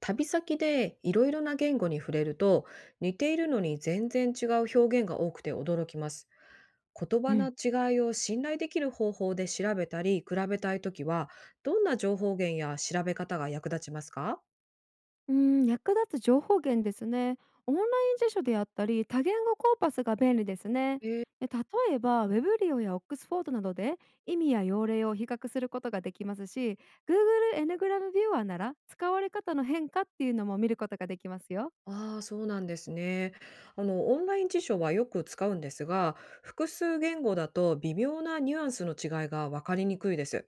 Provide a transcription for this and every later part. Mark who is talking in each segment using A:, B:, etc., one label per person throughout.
A: 旅先でいろいろな言語に触れると似ているのに全然違う表現が多くて驚きます。言
B: う
A: 葉の
B: ん。
A: 違いを信頼できる方法で調べたり比べたいときはどんな情報源や調べ方が役立ちますか？
B: うーん、役立つ情報源ですね。オンライン辞書であったり、多言語コーパスが便利ですね。
A: えー
B: で、例えば、ウェブリオやオックスフォードなどで意味や用例を比較することができますし、Google エヌグラムビューアーなら使われ方の変化っていうのも見ることができますよ。
A: ああ、そうなんですね。オンライン辞書はよく使うんですが、複数言語だと微妙なニュアンスの違いが分かりにくいです。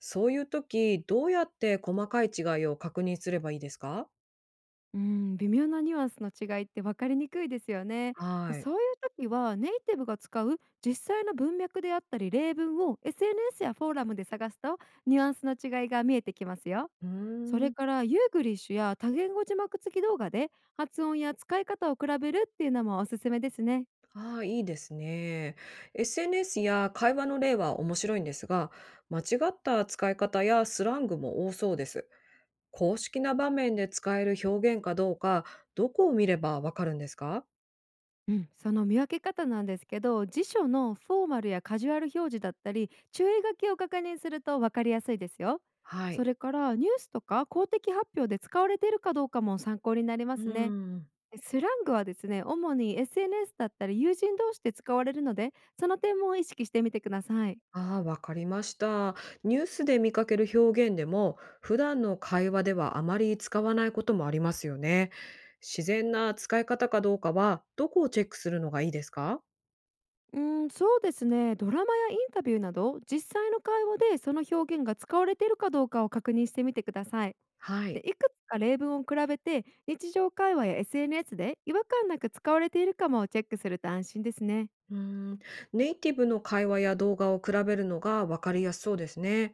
A: そういうとき、どうやって細かい違いを確認すればいいですか？
B: うん、微妙なニュアンスの違いって分かりにくいですよね。
A: はい。
B: そういう時はネイティブが使う実際の文脈であったり例文を SNS やフォーラムで探すと、ニュアンスの違いが見えてきますよ。
A: うー
B: それ
A: ん。
B: からユーグリッシュや多言語字幕付き動画で発音や使い方を比べるっていうのもおすすめですね。
A: ああ、いいですね。SNS や会話の例は面白いんですが、間違った使い方やスラングも多そうです。公式な場面で使える表現かどうか、どこを見ればわかるんですか？
B: うん、その見分け方なんですけど、辞書のフォーマルやカジュアル表示だったり注意書きを確認すると分かりやすいですよ。
A: は
B: そ
A: い。
B: れからニュースとか公的発表で使われているかどうかも参考になりま
A: う
B: すね。
A: ん。
B: スラングはですね、主に SNS だったり友人同士で使われるので、その点も意識してみてください。
A: ああ、わかりました。ニュースで見かける表現でも、普段の会話ではあまり使わないこともありますよね。自然な使い方かどうかは、どこをチェックするのがいいですか？
B: うん、そうですね。ドラマやインタビューなど、実際の会話でその表現が使われているかどうかを確認してみてください。
A: はい。
B: で、いくつか例文を比べて、日常会話や SNS で違和感なく使われているかもチェックすると安心ですね。
A: うーん、ネイティブの会話や動画を比べるのが分かりやすそうですね。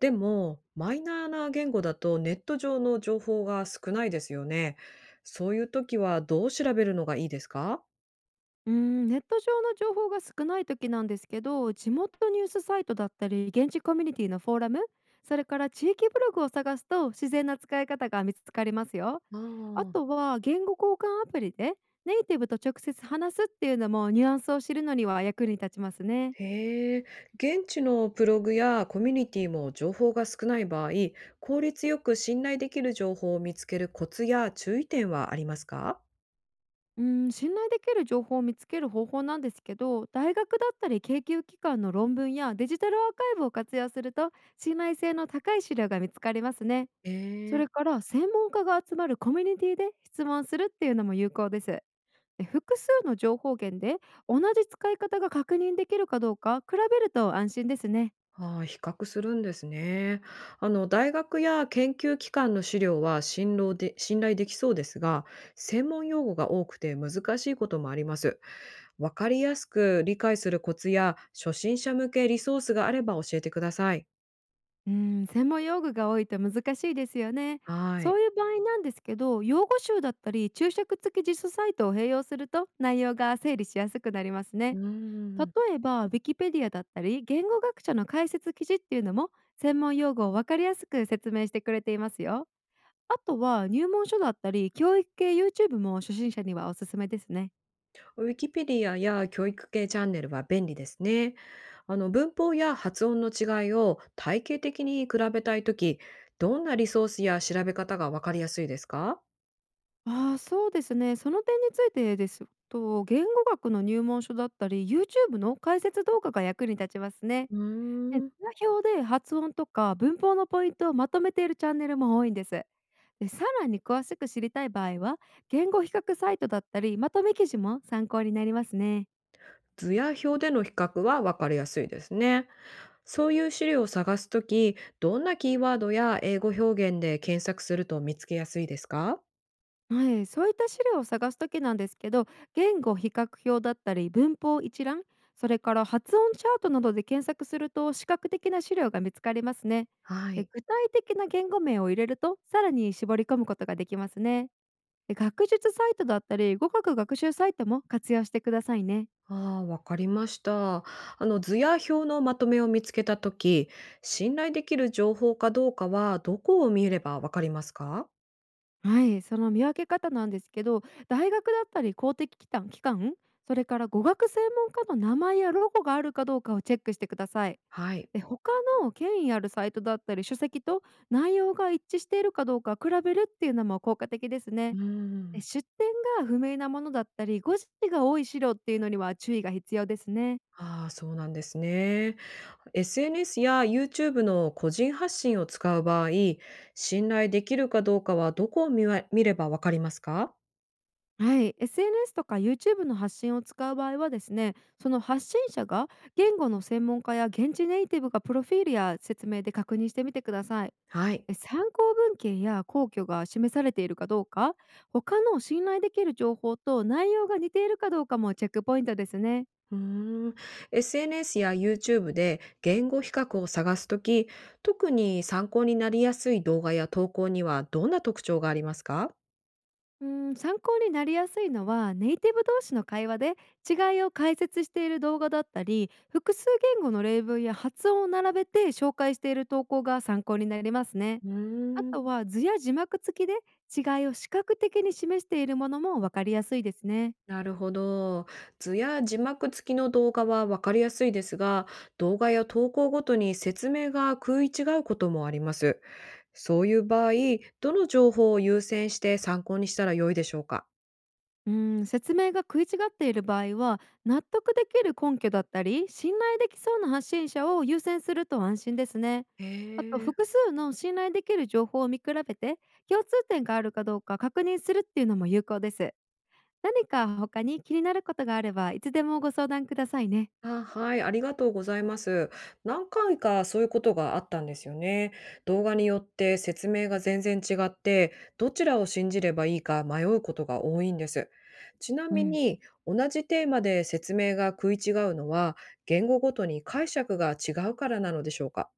A: でも、マイナーな言語だとネット上の情報が少ないですよね。そういう時はどう調べるのがいいですか？
B: うん、ネット上の情報が少ない時なんですけど、地元ニュースサイトだったり、現地コミュニティのフォーラム、それから地域ブログを探すと自然な使い方が見つかりますよ。
A: あ
B: あと
A: あ、
B: は言語交換アプリでネイティブと直接話すっていうのも、ニュアンスを知るのには役に立ちますね。
A: へえ、現地のブログやコミュニティも情報が少ない場合、効率よく信頼できる情報を見つけるコツや注意点はありますか？
B: うん、信頼できる情報を見つける方法なんですけど、大学だったり研究機関の論文やデジタルアーカイブを活用すると、信頼性の高い資料が見つかりますね。そ
A: え
B: れ
A: え。
B: から専門家が集まるコミュニティで質問するっていうのも有効です。で、複数の情報源で同じ使い方が確認できるかどうか比べると安心ですね。
A: ああ、比較するんですね。大学や研究機関の資料は信頼できそうですが、専門用語が多くて難しいこともあります。わかりやすく理解するコツや初心者向けリソースがあれば教えてください。
B: うーん、専門用具が多いと難しいですよね。
A: は
B: そ
A: い。
B: ういう場合なんですけど、用語集だったり注釈付き辞書サイトを併用すると、内容が整理しやすくなります
A: うー
B: ね。
A: ん。
B: 例えば、ウィキペディアだったり言語学者の解説記事っていうのも、専門用語をわかりやすく説明してくれていますよ。あとは入門書だったり教育系 YouTube も初心者にはおすすめですね。
A: ウィキペディアや教育系チャンネルは便利ですね。文法や発音の違いを体系的に比べたいとき、どんなリソースや調べ方がわかりやすいですか？
B: ああ、そうですね。その点についてですと、言語学の入門書だったり YouTube の解説動画が役に立ちますね。
A: うー
B: で、
A: ん。
B: 図表で発音とか文法のポイントをまとめているチャンネルも多いんです。で、さらに詳しく知りたい場合は、言語比較サイトだったり、まとめ記事も参考になりますね。
A: 図や表での比較は分かりやすいですね。そういう資料を探すとき、どんなキーワードや英語表現で検索すると見つけやすいですか？
B: はい、そういった資料を探すときなんですけど、言語比較表だったり、文法一覧、それから発音チャートなどで検索すると、視覚的な資料が見つかりますね。
A: は
B: で、
A: い。
B: 具体的な言語名を入れると、さらに絞り込むことができますね。で、学術サイトだったり語学学習サイトも活用してくださいね。
A: ああ、わかりました。あの図や表のまとめを見つけたとき、信頼できる情報かどうかはどこを見ればわかりますか？
B: はい、その見分け方なんですけど、大学だったり公的機関、それから語学専門家の名前やロゴがあるかどうかをチェックしてください。
A: はい。
B: で、他の権威あるサイトだったり書籍と内容が一致しているかどうか比べるっていうのも効果的です
A: う
B: ね。で、
A: ん。
B: 出典が不明なものだったり誤字が多い資料っていうのには注意が必要ですね。
A: ああ、そうなんですね。SNS や YouTube の個人発信を使う場合、信頼できるかどうかはどこを見ればわかりますか？
B: はい、SNS とか YouTube の発信を使う場合はですね、その発信者が言語の専門家や現地ネイティブがプロフィールや説明で確認してみてください。
A: はい。
B: 参考文献や根拠が示されているかどうか、他の信頼できる情報と内容が似ているかどうかもチェックポイントですね。
A: うーん。SNS や YouTube で言語比較を探すとき、特に参考になりやすい動画や投稿にはどんな特徴がありますか？
B: うん、参考になりやすいのはネイティブ同士の会話で違いを解説している動画だったり、複数言語の例文や発音を並べて紹介している投稿が参考になりますね。
A: う
B: あ
A: ー
B: と
A: ん。
B: は図や字幕付きで違いを視覚的に示しているものもわかりやすいですね。
A: なるほど。図や字幕付きの動画はわかりやすいですが、動画や投稿ごとに説明が食い違うこともあります。そういう場合、どの情報を優先して参考にしたら良いでしょうか？
B: うん、説明が食い違っている場合は、納得できる根拠だったり信頼できそうな発信者を優先すると安心ですね。
A: へ
B: あと、
A: え。
B: 複数の信頼できる情報を見比べて共通点があるかどうか確認するっていうのも有効です。何か他に気になることがあればいつでもご相談くださいね。
A: あ、はい、ありがとうございます。何回かそういうことがあったんですよね。動画によって説明が全然違って、どちらを信じればいいか迷うことが多いんです。ちな
B: う
A: み
B: ん、
A: に、同じテーマで説明が食い違うのは、言語ごとに解釈が違うからなのでしょうか。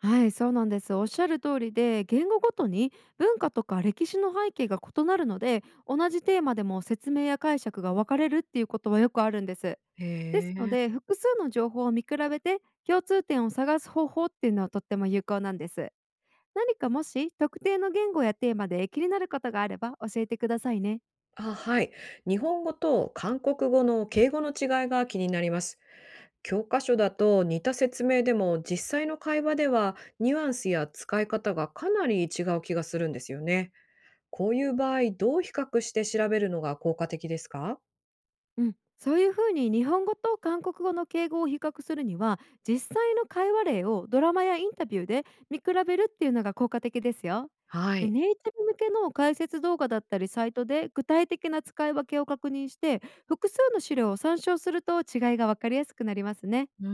B: はい、そうなんです。おっしゃる通りで、言語ごとに文化とか歴史の背景が異なるので、同じテーマでも説明や解釈が分かれるっていうことはよくあるんです。で
A: へ
B: すの
A: え。
B: で、複数の情報を見比べて共通点を探す方法っていうのは、とっても有効なんです。何かもし特定の言語やテーマで気になることがあれば教えてくださいね。
A: あ、はい。日本語と韓国語の敬語の違いが気になります。教科書だと似た説明でも実際の会話ではニュアンスや使い方がかなり違う気がするんですよね。こういう場合、どう比較して調べるのが効果的ですか？
B: うん、そういうふうに日本語と韓国語の敬語を比較するには、実際の会話例をドラマやインタビューで見比べるっていうのが効果的ですよ。
A: は
B: で、
A: い。
B: ネイティブ向けの解説動画だったりサイトで具体的な使い分けを確認して、複数の資料を参照すると違いが分かりやすくなりますね。
A: うー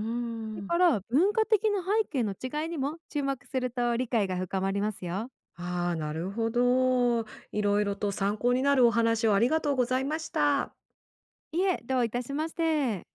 B: それ
A: ん。
B: から文化的な背景の違いにも注目すると理解が深まりますよ。
A: ああなるほど。いろいろと参考になるお話をありがとうございました。
B: いえ、どういたしまして。